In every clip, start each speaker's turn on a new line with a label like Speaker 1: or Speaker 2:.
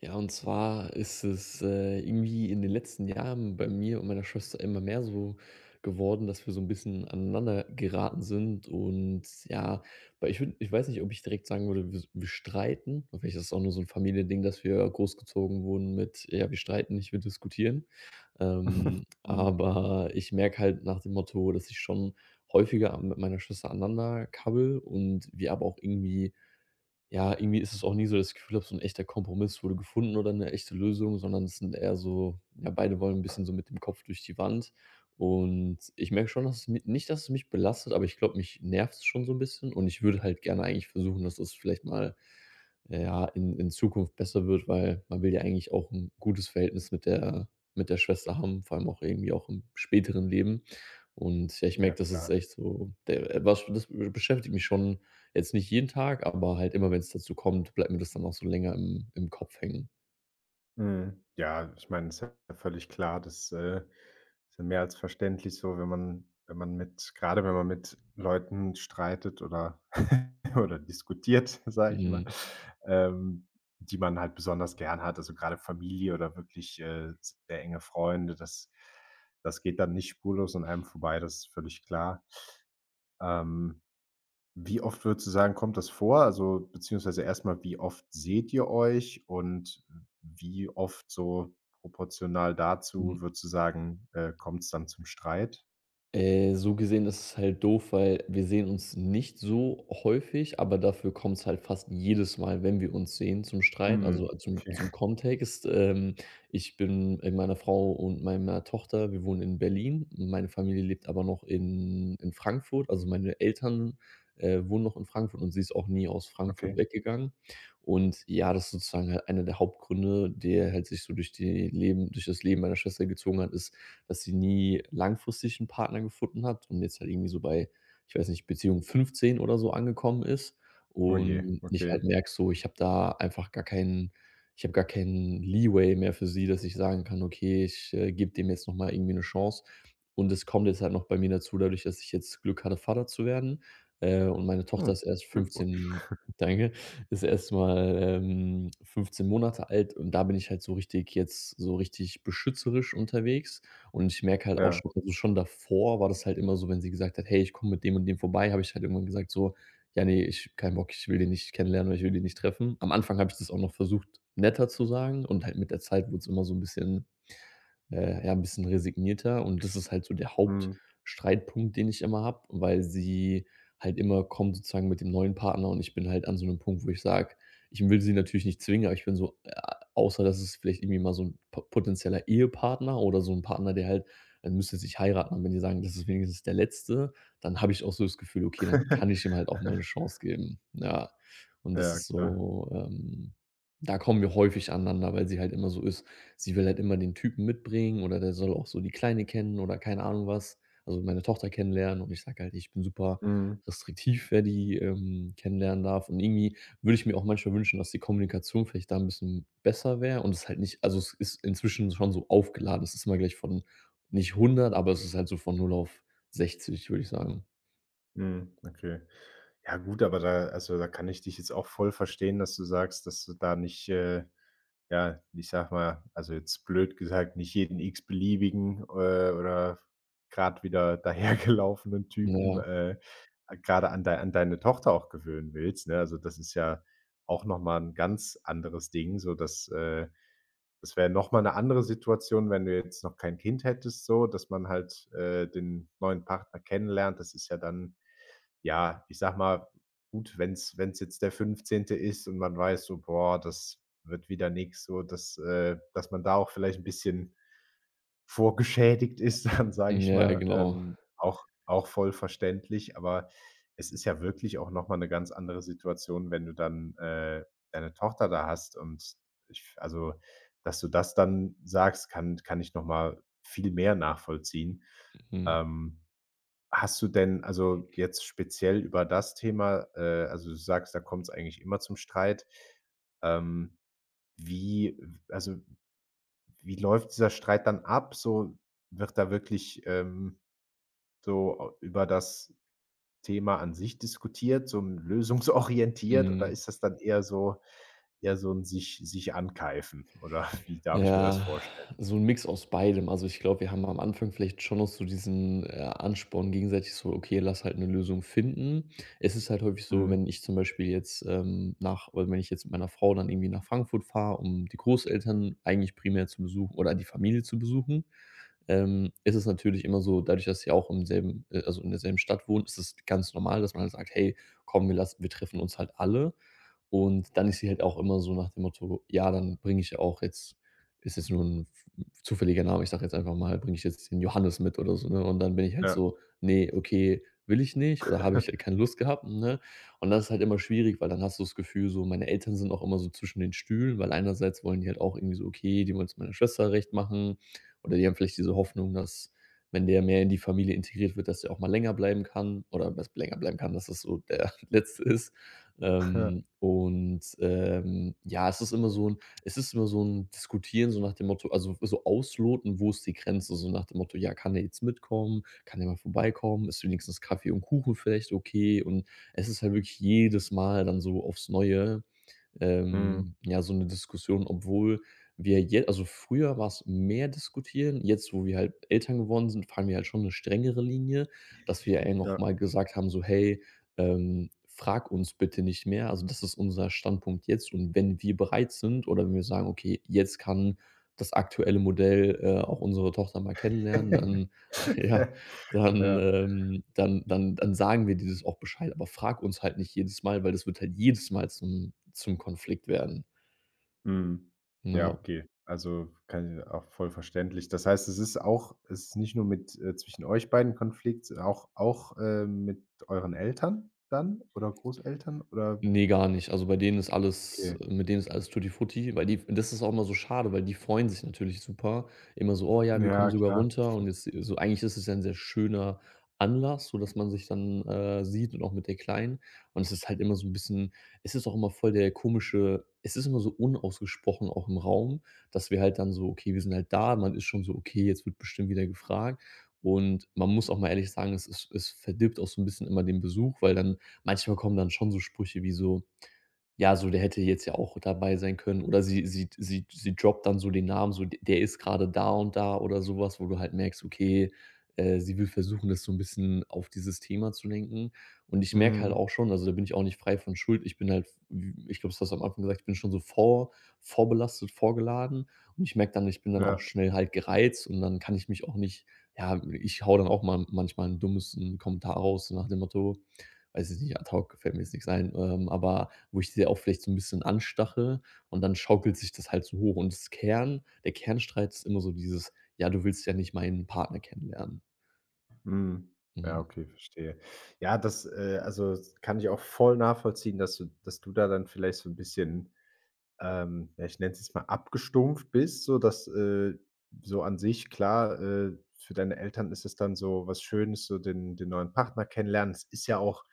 Speaker 1: Ja, und zwar ist es, irgendwie in den letzten Jahren bei mir und meiner Schwester immer mehr so geworden, dass wir so ein bisschen aneinander geraten sind und ja, weil ich würde ich weiß nicht, ob ich direkt sagen würde, wir streiten. Vielleicht ist es auch nur so ein Familiending, dass wir großgezogen wurden mit: „Ja, wir streiten nicht, wir diskutieren.“
Speaker 2: Mhm.
Speaker 1: Aber ich merke halt nach dem Motto, dass ich schon häufiger a mit meiner Schwester aneinander kabbele und wir aber auch irgendwie ja, irgendwie ist es auch nie so, das Gefühl habe, so ein echter Kompromiss wurde gefunden oder eine echte Lösung, sondern es sind eher so ja, beide wollen ein bisschen so mit dem Kopf durch die Wand. Und ich merke schon, dass es mi nicht, dass es mich belastet, aber ich glaube, mich nervt es schon so ein bisschen und ich würde halt gerne eigentlich versuchen, dass das vielleicht mal ja, in Zukunft besser wird, weil man will ja eigentlich auch ein gutes Verhältnis mit der Schwester haben, vor allem auch irgendwie auch im späteren Leben. Und ja, ich merke,
Speaker 2: Ja,
Speaker 1: das ist
Speaker 2: klar.
Speaker 1: echt so der was das beschäftigt mich schon jetzt nicht jeden Tag, aber halt immer, wenn es dazu kommt, bleibt mir das dann auch so länger im Kopf hängen.
Speaker 2: Mhm. Ja, ich meine, es ist ja völlig klar, das ist ja mehr als verständlich, so wenn man wenn man mit gerade wenn man mit Leuten streitet oder oder diskutiert, sage ich mal,
Speaker 1: Mhm.
Speaker 2: ähm, die man halt besonders gern hat, also gerade Familie oder wirklich, sehr enge Freunde, das geht dann nicht spurlos an einem vorbei, das ist völlig klar. Ähm Wie oft würdest du sagen, kommt das vor? Also, beziehungsweise erstmal wie oft seht ihr euch und wie oft so proportional
Speaker 1: Mhm.
Speaker 2: dazu würdest du sagen, kommt es dann zum Streit?
Speaker 1: So gesehen ist es halt doof, weil wir sehen uns nicht so häufig, aber dafür kommt es halt fast jedes Mal, wenn wir uns sehen, zum Streit. Also,
Speaker 2: Hm,
Speaker 1: zum
Speaker 2: okay,
Speaker 1: zum Kontext, ich bin mit meiner Frau und meiner Tochter wir wohnen in Berlin. Meine Familie lebt aber noch in Frankfurt. Also, meine Eltern, wohnen noch in Frankfurt und sie ist auch nie aus Frankfurt
Speaker 2: okay.
Speaker 1: weggegangen. Und ja, das ist sozusagen halt einer der Hauptgründe, der halt sich so durch das Leben meiner Schwester gezogen hat, ist dass sie nie langfristig 'n Partner gefunden hat und jetzt halt irgendwie so bei, ich weiß nicht, Beziehung 15 oder so angekommen ist
Speaker 2: Oh je,
Speaker 1: und ich
Speaker 2: okay.
Speaker 1: halt merke so, ich habe gar keinen Leeway mehr für sie, dass ich sagen kann: „Okay, ich, gebe dem jetzt noch mal irgendwie eine Chance.“ Und es kommt jetzt halt noch bei mir dazu, dadurch, dass ich jetzt Glück hatte, Vater zu werden, und meine Tochter
Speaker 2: Hm,
Speaker 1: ist erst
Speaker 2: Glückwu
Speaker 1: 15 danke, ist erst mal, 15 Monate alt und da bin ich halt so richtig beschützerisch unterwegs. Und ich merke halt auch
Speaker 2: ja,
Speaker 1: schon also, schon davor war das halt immer so, wenn sie gesagt hat: „Hey, ich komme mit dem und dem vorbei“, habe ich halt irgendwann gesagt so: „Ja, nee ich keinen Bock, ich will den nicht kennenlernen oder ich will den nicht treffen.“ Am Anfang habe ich das auch noch versucht, netter zu sagen und halt mit der Zeit wurde es immer so ein bisschen ja, ein bisschen resignierter und das ist halt so der
Speaker 2: mhm.
Speaker 1: Hauptstreitpunkt, den ich immer habe, weil sie halt immer kommt sozusagen mit dem neuen Partner und ich bin halt an so einem Punkt, wo ich sage: „Ich will sie natürlich nicht zwingen“, aber ich bin so, außer dass es vielleicht irgendwie mal so ein po potenzieller Ehepartner oder so ein Partner, der halt dann müsste sich heiraten. Und wenn die sagen: „Das ist wenigstens der Letzte“, dann habe ich auch so das Gefühl: „Okay, dann kann ich ihm halt auch mal eine Chance geben.“ Ja, und das
Speaker 2: Ja,
Speaker 1: ist
Speaker 2: klar.
Speaker 1: so da kommen wir häufig aneinander, weil sie halt immer so ist: Sie will halt immer den Typen mitbringen oder der soll auch so die Kleine kennen oder keine Ahnung was, also meine Tochter kennenlernen und ich sage halt, ich bin super
Speaker 2: Mhm,
Speaker 1: restriktiv, wer die, kennenlernen darf und irgendwie würde ich mir auch manchmal wünschen, dass die Kommunikation vielleicht da ein bisschen besser wäre und es halt nicht also, es ist inzwischen schon so aufgeladen. Es ist immer gleich von nicht 100, aber es ist halt so von 0 auf 60, würde ich sagen.
Speaker 2: mhm, okay. Ja, gut, aber da, also, da kann ich dich jetzt auch voll verstehen, dass du sagst, dass du da nicht. Ja, ich sag mal, also jetzt blöd gesagt, nicht jeden x-beliebigen, oder gerade wieder dahergelaufenen Typen,
Speaker 1: Ja,
Speaker 2: äh, grade an deine Tochter auch gewöhnen willst, ne? Also, das ist ja auch noch mal 'n ganz anderes Ding, so das wäre noch mal 'ne andere Situation, wenn du jetzt noch kein Kind hättest, so, dass man halt, den neuen Partner kennenlernt. Das ist ja dann, ja, ich sag mal, gut, wenn's jetzt der 15. ist und man weiß so: „Boah, das wird wieder nix“, so, dass man da auch vielleicht ein bisschen vorgeschädigt ist dann, sage ich
Speaker 1: ja,
Speaker 2: mal,
Speaker 1: genau.
Speaker 2: auch voll verständlich. Aber es ist ja wirklich auch noch mal 'ne ganz andere Situation, wenn du dann, deine Tochter da hast und ich also, dass du das dann sagst, kann ich noch mal viel mehr nachvollziehen.
Speaker 1: Mhm,
Speaker 2: Ähm Hast du denn, also, jetzt speziell über das Thema, also, du sagst, da kommt es eigentlich immer zum Streit. Ähm, Wie, also, wie läuft dieser Streit dann ab? So, wird da wirklich, so au über das Thema an sich diskutiert, so lösungsorientiert, oder
Speaker 1: mhm.
Speaker 2: ist das dann eher so ein sich ankeifen oder wie darf ich mir das
Speaker 1: Ja,
Speaker 2: vorstellen?
Speaker 1: so ein Mix aus beidem. Also, ich glaube, wir haben am Anfang vielleicht schon noch so diesen, Ansporn gegenseitig so: „Okay, lass halt eine Lösung finden.“ Es ist halt häufig so,
Speaker 2: Mhm.
Speaker 1: wenn ich zum Beispiel jetzt, nach oder wenn ich jetzt mit meiner Frau dann irgendwie nach Frankfurt fahre, um die Großeltern eigentlich primär zu besuchen oder die Familie zu besuchen, ist es natürlich immer so, dadurch, dass sie auch im selben also in derselben Stadt wohnen, ist es ganz normal, dass man halt sagt: „Hey, komm, wir treffen uns halt alle.“ Und dann ist sie halt auch immer so nach dem Motto: „Ja, dann bringe ich ja auch jetzt“ ist jetzt nur ein zufälliger Name, ich sage jetzt einfach mal, bringe ich jetzt den Johannes mit oder so, ne? Und dann bin ich halt
Speaker 2: Ja.
Speaker 1: so: nee, okay, will ich nicht oder habe ich halt keine Lust gehabt“, ne? Und das ist halt immer schwierig, weil dann hast du das Gefühl so meine Eltern sind auch immer so zwischen den Stühlen, weil einerseits wollen die halt auch irgendwie so, okay, die wollen's meiner Schwester recht machen oder die haben vielleicht diese Hoffnung, dass, wenn der mehr in die Familie integriert wird, dass der auch mal länger bleiben kann dass das so der Letzte ist.
Speaker 2: Ja.
Speaker 1: Ja, es ist immer so ein Diskutieren, so nach dem Motto also, so ausloten, wo ist die Grenze, so nach dem Motto: „Ja, kann der jetzt mitkommen? Kann der mal vorbeikommen? Ist wenigstens Kaffee und Kuchen vielleicht okay?“ Und es ist halt wirklich jedes Mal dann so aufs Neue
Speaker 2: Mhm.
Speaker 1: ja, so eine Diskussion, obwohl wir jetzt also früher war es mehr diskutieren. Jetzt, wo wir halt Eltern geworden sind, fahren wir halt schon eine strengere Linie, dass wir ja noch
Speaker 2: Ja.
Speaker 1: mal gesagt haben, so: „Hey, frag uns bitte nicht mehr.“ Also, das ist unser Standpunkt jetzt und wenn wir bereit sind oder wenn wir sagen: „Okay, jetzt kann das aktuelle Modell, auch unsere Tochter mal kennenlernen“, dann ja dann,
Speaker 2: Ja.
Speaker 1: dann sagen wir dir das auch Bescheid, aber frag uns halt nicht jedes Mal, weil das wird halt jedes Mal zum Konflikt werden,
Speaker 2: Mhm. Ja,
Speaker 1: ne?
Speaker 2: okay. Also, kann ich auch voll verständlich. Das heißt, es ist nicht nur mit zwischen euch beiden Konflikt, sondern auch mit euren Eltern dann oder Großeltern oder
Speaker 1: Ne, gar nicht. Also, bei denen ist alles
Speaker 2: okay.
Speaker 1: mit denen ist alles Tutti Frutti, weil die das ist auch immer so schade, weil die freuen sich natürlich super. Immer so: „Oh ja, wir kommen
Speaker 2: Ja,
Speaker 1: sogar
Speaker 2: klar.
Speaker 1: runter“ und jetzt so eigentlich ist es ja ein sehr schöner Anlass, so dass man sich dann, sieht und auch mit der Kleinen. Und es ist halt immer so ein bisschen es ist auch immer voll der komische es ist immer so unausgesprochen auch im Raum, dass wir halt dann so okay, wir sind halt da, man ist schon so: „Okay, jetzt wird bestimmt wieder gefragt.“ Und man muss auch mal ehrlich sagen, es verdirbt auch so ein bisschen immer den Besuch, weil dann manchmal kommen dann schon so Sprüche wie so, ja, so der hätte jetzt ja auch dabei sein können oder sie droppt dann so den Namen, so d der ist gerade da und da oder sowas wo du halt merkst, okay, sie will versuchen, das so ein bisschen auf dieses Thema zu lenken. Und ich merke halt
Speaker 2: Mhm.
Speaker 1: auch schon also, da bin ich auch nicht frei von Schuld. Ich bin halt f ich glaube, das hast du am Anfang gesagt, ich bin schon so vorbelastet, vorgeladen und ich merke dann, ich bin dann auch
Speaker 2: Ja.
Speaker 1: schnell halt gereizt und dann kann ich mich auch nicht ja, ich hau dann auch mal manchmal einen dummen Kommentar raus, so nach dem Motto, weiß ich nicht, ad hoc fällt mir jetzt nix ein, aber wo ich sie auch vielleicht so ein bisschen anstache und dann schaukelt sich das halt so hoch und das Kernstreit ist immer so dieses: „Ja, du willst ja nicht meinen Partner kennenlernen.“
Speaker 2: Mhm.
Speaker 1: Mhm,
Speaker 2: Ja, okay, verstehe. Ja, das, also, das kann ich auch voll nachvollziehen, dass du da dann vielleicht so ein bisschen. Ja, ich nenne es jetzt mal abgestumpft bist, sodass, so an sich klar, für deine Eltern ist es dann so was Schönes, so den neuen Partner kennenlernen. Es ist ja auch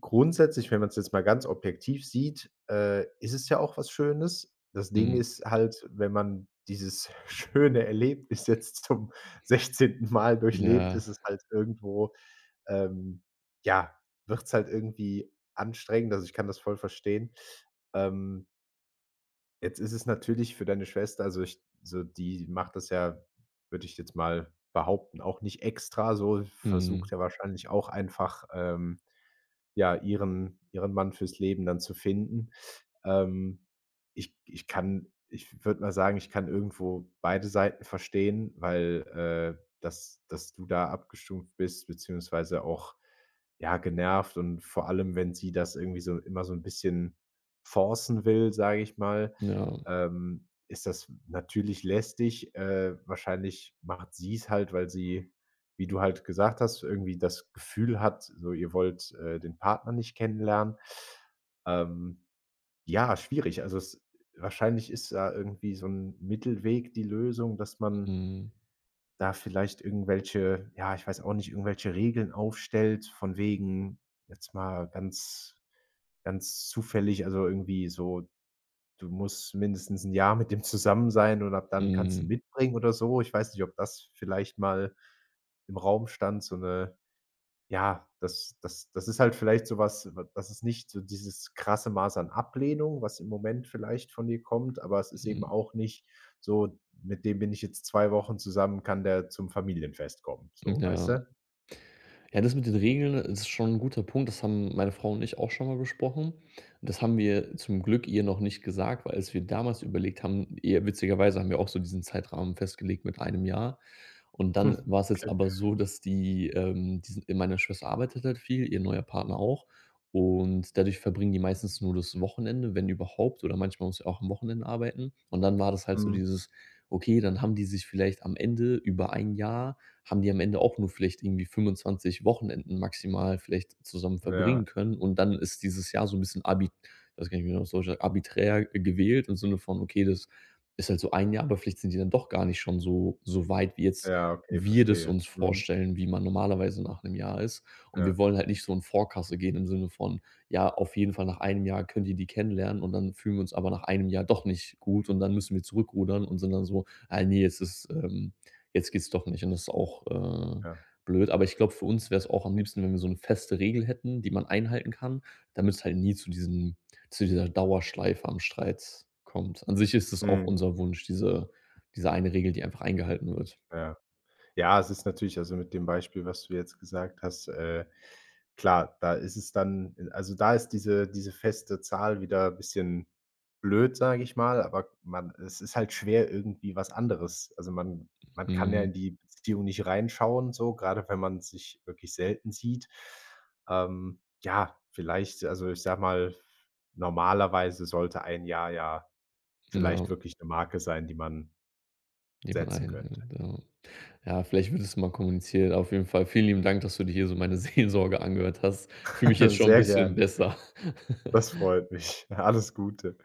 Speaker 2: grundsätzlich, wenn man es jetzt mal ganz objektiv sieht, ist es ja auch was Schönes. Das Ding
Speaker 1: mhm,
Speaker 2: ist halt, wenn man dieses schöne Erlebnis jetzt zum 16. Mal durchlebt,
Speaker 1: ja,
Speaker 2: ist es halt irgendwo, ähm, ja, wird's halt irgendwie anstrengend. Also, ich kann das voll verstehen. Ähm Jetzt ist es natürlich für deine Schwester, also ich so, die macht das ja, würde ich jetzt mal behaupten, auch nicht extra so,
Speaker 1: mhm,
Speaker 2: versucht ja wahrscheinlich auch einfach, ja, ihren Mann fürs Leben dann zu finden. Ähm, ich würde mal sagen, ich kann irgendwo beide Seiten verstehen, weil, dass du da abgestumpft bist, beziehungsweise auch, ja, genervt, und vor allem, wenn sie das irgendwie so immer so ein bisschen forcen will, sage ich mal,
Speaker 1: ja,
Speaker 2: ist das natürlich lästig. Wahrscheinlich macht sie es halt, weil sie, wie du halt gesagt hast, irgendwie das Gefühl hat, so ihr wollt, den Partner nicht kennenlernen. Ähm, ja, schwierig. Also, es wahrscheinlich ist da irgendwie so ein Mittelweg die Lösung, dass man
Speaker 1: mhm,
Speaker 2: da vielleicht irgendwelche, ja, ich weiß auch nicht, irgendwelche Regeln aufstellt von wegen jetzt mal ganz, ganz zufällig, also, irgendwie so: „Du musst mindestens ein Jahr mit dem zusammen sein und ab dann kannst du
Speaker 1: mhm,
Speaker 2: ihn mitbringen“ oder so. Ich weiß nicht, ob das vielleicht mal im Raum stand, so eine ja, das ist halt vielleicht so was. Das ist nicht so dieses krasse Maß an Ablehnung, was im Moment vielleicht von dir kommt, aber es ist eben
Speaker 1: mhm,
Speaker 2: auch nicht so: „Mit dem bin ich jetzt 2 Wochen zusammen, kann der zum Familienfest kommen“, so, weißt
Speaker 1: ja.
Speaker 2: du?
Speaker 1: Ja, das mit den Regeln ist schon ein guter Punkt. Das haben meine Frau und ich auch schon mal besprochen. Das haben wir zum Glück ihr noch nicht gesagt, weil als wir damals überlegt haben eher witzigerweise haben wir auch so diesen Zeitrahmen festgelegt mit einem Jahr. Und dann war es jetzt
Speaker 2: Okay.
Speaker 1: aber so, dass die, die sind meine Schwester arbeitet halt viel, ihr neuer Partner auch. Und dadurch verbringen die meistens nur das Wochenende, wenn überhaupt, oder manchmal muss sie auch am Wochenende arbeiten. Und dann war das halt so
Speaker 2: Mhm.
Speaker 1: dieses: Okay, dann haben die sich vielleicht am Ende über ein Jahr haben die am Ende auch nur vielleicht irgendwie 25 Wochenenden maximal vielleicht zusammen
Speaker 2: Ja,
Speaker 1: verbringen können. Und dann ist dieses Jahr so ein bisschen arbi das kann ich mir noch so sagen, arbiträr gewählt im Sinne von: „Okay, das ist halt so ein Jahr, aber vielleicht sind die dann doch gar nicht schon so weit, wie jetzt
Speaker 2: ja, okay,
Speaker 1: wir das
Speaker 2: verstehe.
Speaker 1: uns
Speaker 2: Mhm.
Speaker 1: vorstellen, wie man normalerweise nach einem Jahr ist.“ Und wir
Speaker 2: Ja,
Speaker 1: wollen halt nicht so in Vorkasse gehen im Sinne von: „Ja, auf jeden Fall nach einem Jahr könnt ihr die kennenlernen“ und dann fühlen wir uns aber nach einem Jahr doch nicht gut und dann müssen wir zurückrudern und sind dann so: „Ah ne, jetzt ist, jetzt geht's doch nicht und das ist auch,
Speaker 2: ja.
Speaker 1: blöd. Aber ich glaube, für uns wäre es auch am liebsten, wenn wir so eine feste Regel hätten, die man einhalten kann, damit es halt nie zu diesem zu dieser Dauerschleife am Streit kommt. An sich ist es auch
Speaker 2: Mhm.
Speaker 1: unser Wunsch, diese eine Regel, die einfach eingehalten wird.
Speaker 2: Ja. Ja, es ist natürlich, also, mit dem Beispiel, was du jetzt gesagt hast, klar, da ist es dann, also, da ist diese feste Zahl wieder ein bisschen blöd, sage ich mal, aber man es ist halt schwer irgendwie was anderes. Also, man kann ja
Speaker 1: Mhm,
Speaker 2: in die Beziehung nicht reinschauen so, gerade wenn man sich wirklich selten sieht. Ja, vielleicht, also, ich sag mal, normalerweise sollte ein Jahr ja
Speaker 1: ja,
Speaker 2: vielleicht wirklich eine Marke sein, die man
Speaker 1: die man
Speaker 2: setzen könnte.
Speaker 1: einhält, ja. Ja, vielleicht wird es mal kommuniziert. Auf jeden Fall vielen lieben Dank, dass du dir hier so meine Seelsorge angehört hast. Fühle mich jetzt schon ein
Speaker 2: Sehr
Speaker 1: bisschen
Speaker 2: gern.
Speaker 1: besser.
Speaker 2: Das freut mich. Alles Gute.